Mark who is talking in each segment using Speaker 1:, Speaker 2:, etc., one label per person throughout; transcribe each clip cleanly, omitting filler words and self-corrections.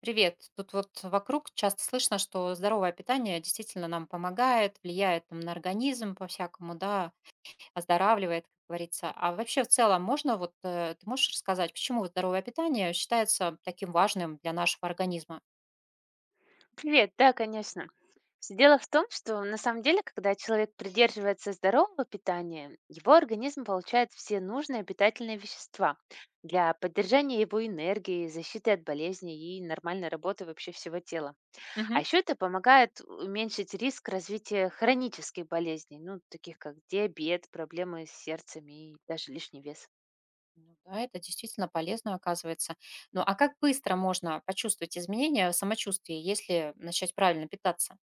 Speaker 1: Привет. Тут вот вокруг часто слышно, что здоровое питание действительно нам помогает, влияет там на организм по-всякому, да, оздоравливает, как говорится. А вообще в целом можно вот, ты можешь рассказать, почему вот здоровое питание считается таким важным для нашего организма?
Speaker 2: Привет, да, конечно. Всё дело в том, что на самом деле, когда человек придерживается здорового питания, его организм получает все нужные питательные вещества для поддержания его энергии, защиты от болезней и нормальной работы вообще всего тела. А
Speaker 1: Мгм.
Speaker 2: еще это помогает уменьшить риск развития хронических болезней, ну, таких как диабет, проблемы с сердцем и даже лишний вес.
Speaker 1: Ну да, это действительно полезно оказывается. Ну а как быстро можно почувствовать изменения в самочувствии, если начать правильно питаться?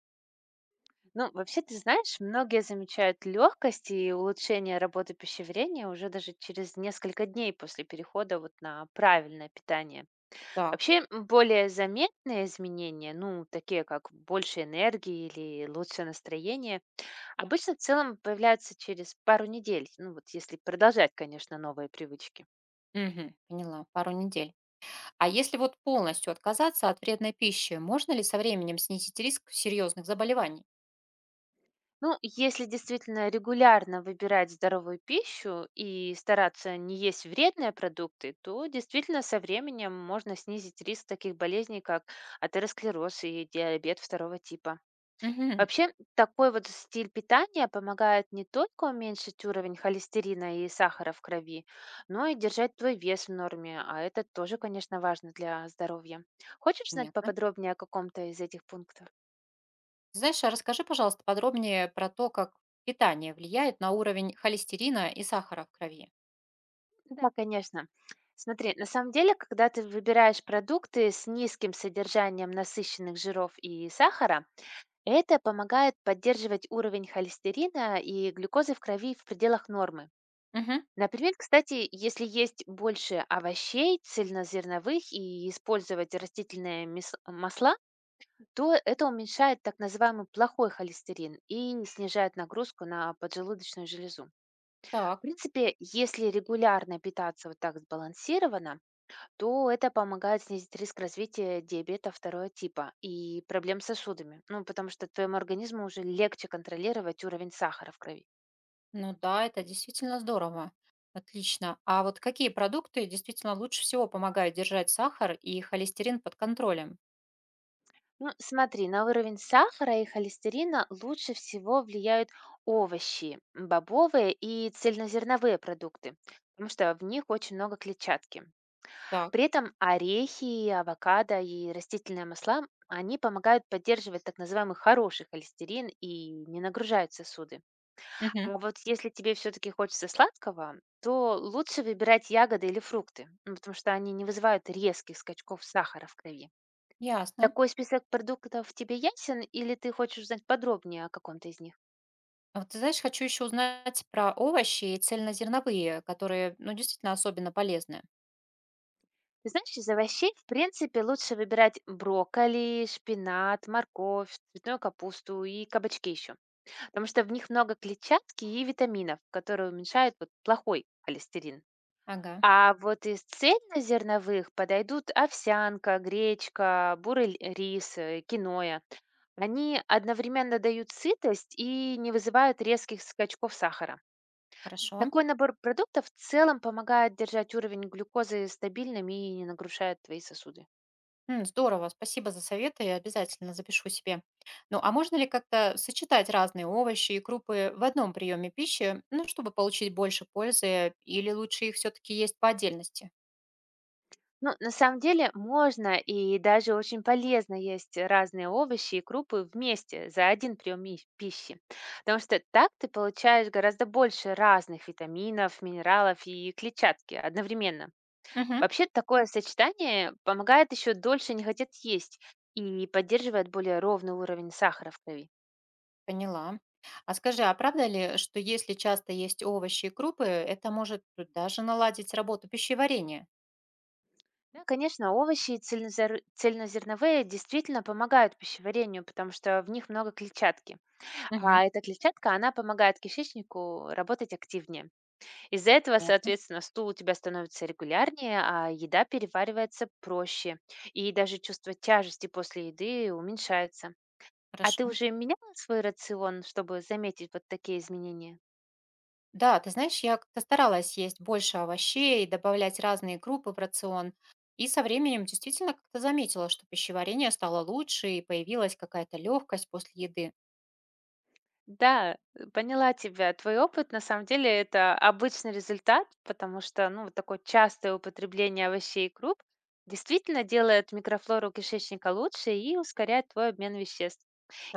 Speaker 2: Ну, вообще, ты знаешь, многие замечают легкость и улучшение работы пищеварения уже даже через несколько дней после перехода вот на правильное питание.
Speaker 1: Так.
Speaker 2: Вообще, более заметные изменения, ну, такие как больше энергии или лучшее настроение, обычно в целом появляются через пару недель, ну, вот если продолжать, конечно, новые привычки.
Speaker 1: Мгм, поняла, пару недель. А если вот полностью отказаться от вредной пищи, можно ли со временем снизить риск серьезных заболеваний?
Speaker 2: Ну, если действительно регулярно выбирать здоровую пищу и стараться не есть вредные продукты, то действительно со временем можно снизить риск таких болезней, как атеросклероз и диабет второго типа.
Speaker 1: Мгм.
Speaker 2: Вообще, такой вот стиль питания помогает не только уменьшить уровень холестерина и сахара в крови, но и держать твой вес в норме, а это тоже, конечно, важно для здоровья. Хочешь знать
Speaker 1: Понятно.
Speaker 2: поподробнее о каком-то из этих пунктов?
Speaker 1: Знаешь, а расскажи, пожалуйста, подробнее про то, как питание влияет на уровень холестерина и сахара в крови.
Speaker 2: Да, конечно. Смотри, на самом деле, когда ты выбираешь продукты с низким содержанием насыщенных жиров и сахара, это помогает поддерживать уровень холестерина и глюкозы в крови в пределах нормы.
Speaker 1: Мгм.
Speaker 2: Например, кстати, если есть больше овощей, цельнозерновых и использовать растительные масла, то это уменьшает так называемый плохой холестерин и снижает нагрузку на поджелудочную железу. В
Speaker 1: Так,
Speaker 2: принципе, если регулярно питаться вот так сбалансированно, то это помогает снизить риск развития диабета второго типа и проблем с сосудами. Ну, потому что твоему организму уже легче контролировать уровень сахара в крови.
Speaker 1: ну да, это действительно здорово. Отлично. А вот какие продукты действительно лучше всего помогают держать сахар и холестерин под контролем?
Speaker 2: Ну, смотри, на уровень сахара и холестерина лучше всего влияют овощи, бобовые и цельнозерновые продукты, потому что в них очень много клетчатки.
Speaker 1: Так.
Speaker 2: При этом орехи, авокадо и растительные масла, они помогают поддерживать так называемый хороший холестерин и не нагружают сосуды.
Speaker 1: Мгм.
Speaker 2: А вот если тебе все-таки хочется сладкого, то лучше выбирать ягоды или фрукты, ну, потому что они не вызывают резких скачков сахара в крови.
Speaker 1: Ясно.
Speaker 2: Такой список продуктов тебе ясен или ты хочешь узнать подробнее о каком-то из них?
Speaker 1: А вот ты знаешь, хочу еще узнать про овощи и цельнозерновые, которые, ну, действительно особенно полезны.
Speaker 2: Ты знаешь, из овощей, в принципе, лучше выбирать брокколи, шпинат, морковь, цветную капусту и кабачки еще, потому что в них много клетчатки и витаминов, которые уменьшают вот плохой холестерин.
Speaker 1: Ага,
Speaker 2: А вот из цельнозерновых подойдут овсянка, гречка, бурый рис, киноа. Они одновременно дают сытость и не вызывают резких скачков сахара.
Speaker 1: хорошо.
Speaker 2: Такой набор продуктов в целом помогает держать уровень глюкозы стабильным и не нагрушает твои сосуды.
Speaker 1: Здорово, спасибо за советы, я обязательно запишу себе. Ну, а можно ли как-то сочетать разные овощи и крупы в одном приеме пищи, ну, чтобы получить больше пользы, или лучше их все-таки есть по отдельности?
Speaker 2: Ну, на самом деле можно и даже очень полезно есть разные овощи и крупы вместе за один прием пищи, потому что так ты получаешь гораздо больше разных витаминов, минералов и клетчатки одновременно.
Speaker 1: Угу,
Speaker 2: Вообще такое сочетание помогает еще дольше не хотеть есть и поддерживает более ровный уровень сахара в крови.
Speaker 1: поняла. А скажи, а правда ли, что если часто есть овощи и крупы, это может даже наладить работу пищеварения?
Speaker 2: Да, конечно, овощи и цельнозерновые действительно помогают пищеварению, потому что в них много клетчатки.
Speaker 1: Угу,
Speaker 2: А эта клетчатка, она помогает кишечнику работать активнее. Из-за этого,
Speaker 1: понятно,
Speaker 2: соответственно, стул у тебя становится регулярнее, а еда переваривается проще. И даже чувство тяжести после еды уменьшается. А ты
Speaker 1: хорошо.
Speaker 2: уже меняла свой рацион, чтобы заметить вот такие изменения?
Speaker 1: Да, ты знаешь, я как-то старалась есть больше овощей, добавлять разные группы в рацион. И со временем действительно как-то заметила, что пищеварение стало лучше и появилась какая-то легкость после еды.
Speaker 2: Да, поняла тебя. Твой опыт, на самом деле, это обычный результат, потому что, ну, вот такое частое употребление овощей и круп действительно делает микрофлору кишечника лучше и ускоряет твой обмен веществ.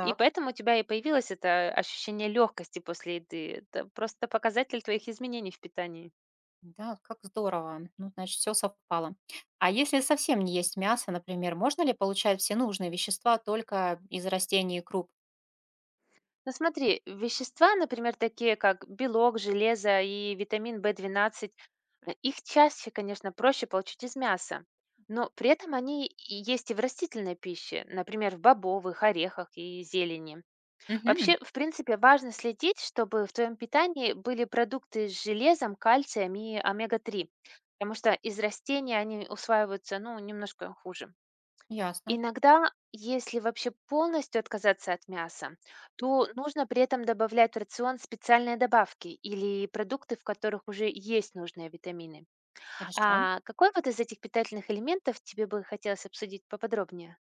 Speaker 2: И поэтому у тебя и появилось это ощущение легкости после еды. Это просто показатель твоих изменений в питании.
Speaker 1: да, как здорово. Ну, значит, все совпало. А если совсем не есть мясо, например, можно ли получать все нужные вещества только из растений и круп?
Speaker 2: Ну смотри, вещества, например, такие как белок, железо и витамин В12, их чаще, конечно, проще получить из мяса. Но при этом они и есть и в растительной пище, например, в бобовых, орехах и зелени.
Speaker 1: Угу,
Speaker 2: Вообще, в принципе, важно следить, чтобы в твоем питании были продукты с железом, кальцием и омега-3, потому что из растений они усваиваются, ну, немножко хуже.
Speaker 1: ясно.
Speaker 2: Иногда, если вообще полностью отказаться от мяса, то нужно при этом добавлять в рацион специальные добавки или продукты, в которых уже есть нужные витамины.
Speaker 1: Хорошо.
Speaker 2: А какой вот из этих питательных элементов тебе бы хотелось обсудить поподробнее?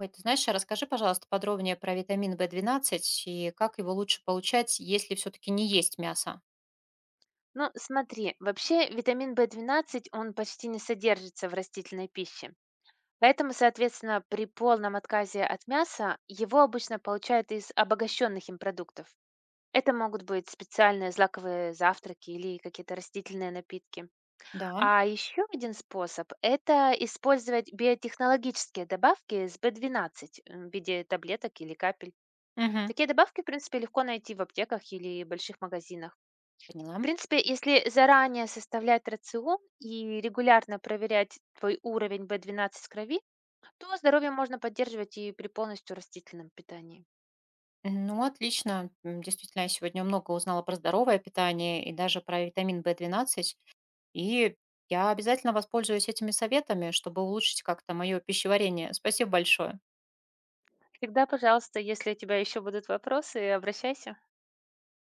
Speaker 1: Ой, ты знаешь, а расскажи, пожалуйста, подробнее про витамин B12 и как его лучше получать, если все-таки не есть мясо.
Speaker 2: Ну, смотри, вообще витамин В12, он почти не содержится в растительной пище. Поэтому, соответственно, при полном отказе от мяса его обычно получают из обогащенных им продуктов. Это могут быть специальные злаковые завтраки или какие-то растительные напитки.
Speaker 1: Да.
Speaker 2: А еще один способ– это использовать биотехнологические добавки с B12 в виде таблеток или капель.
Speaker 1: Мгм.
Speaker 2: Такие добавки, в принципе, легко найти в аптеках или больших магазинах. В
Speaker 1: Поняла.
Speaker 2: принципе, если заранее составлять рацион и регулярно проверять твой уровень B12 в крови, то здоровье можно поддерживать и при полностью растительном питании.
Speaker 1: Ну, отлично. Действительно, я сегодня много узнала про здоровое питание и даже про витамин В12. И я обязательно воспользуюсь этими советами, чтобы улучшить как-то мое пищеварение. Спасибо большое.
Speaker 2: Всегда, пожалуйста, если у тебя еще будут вопросы, обращайся.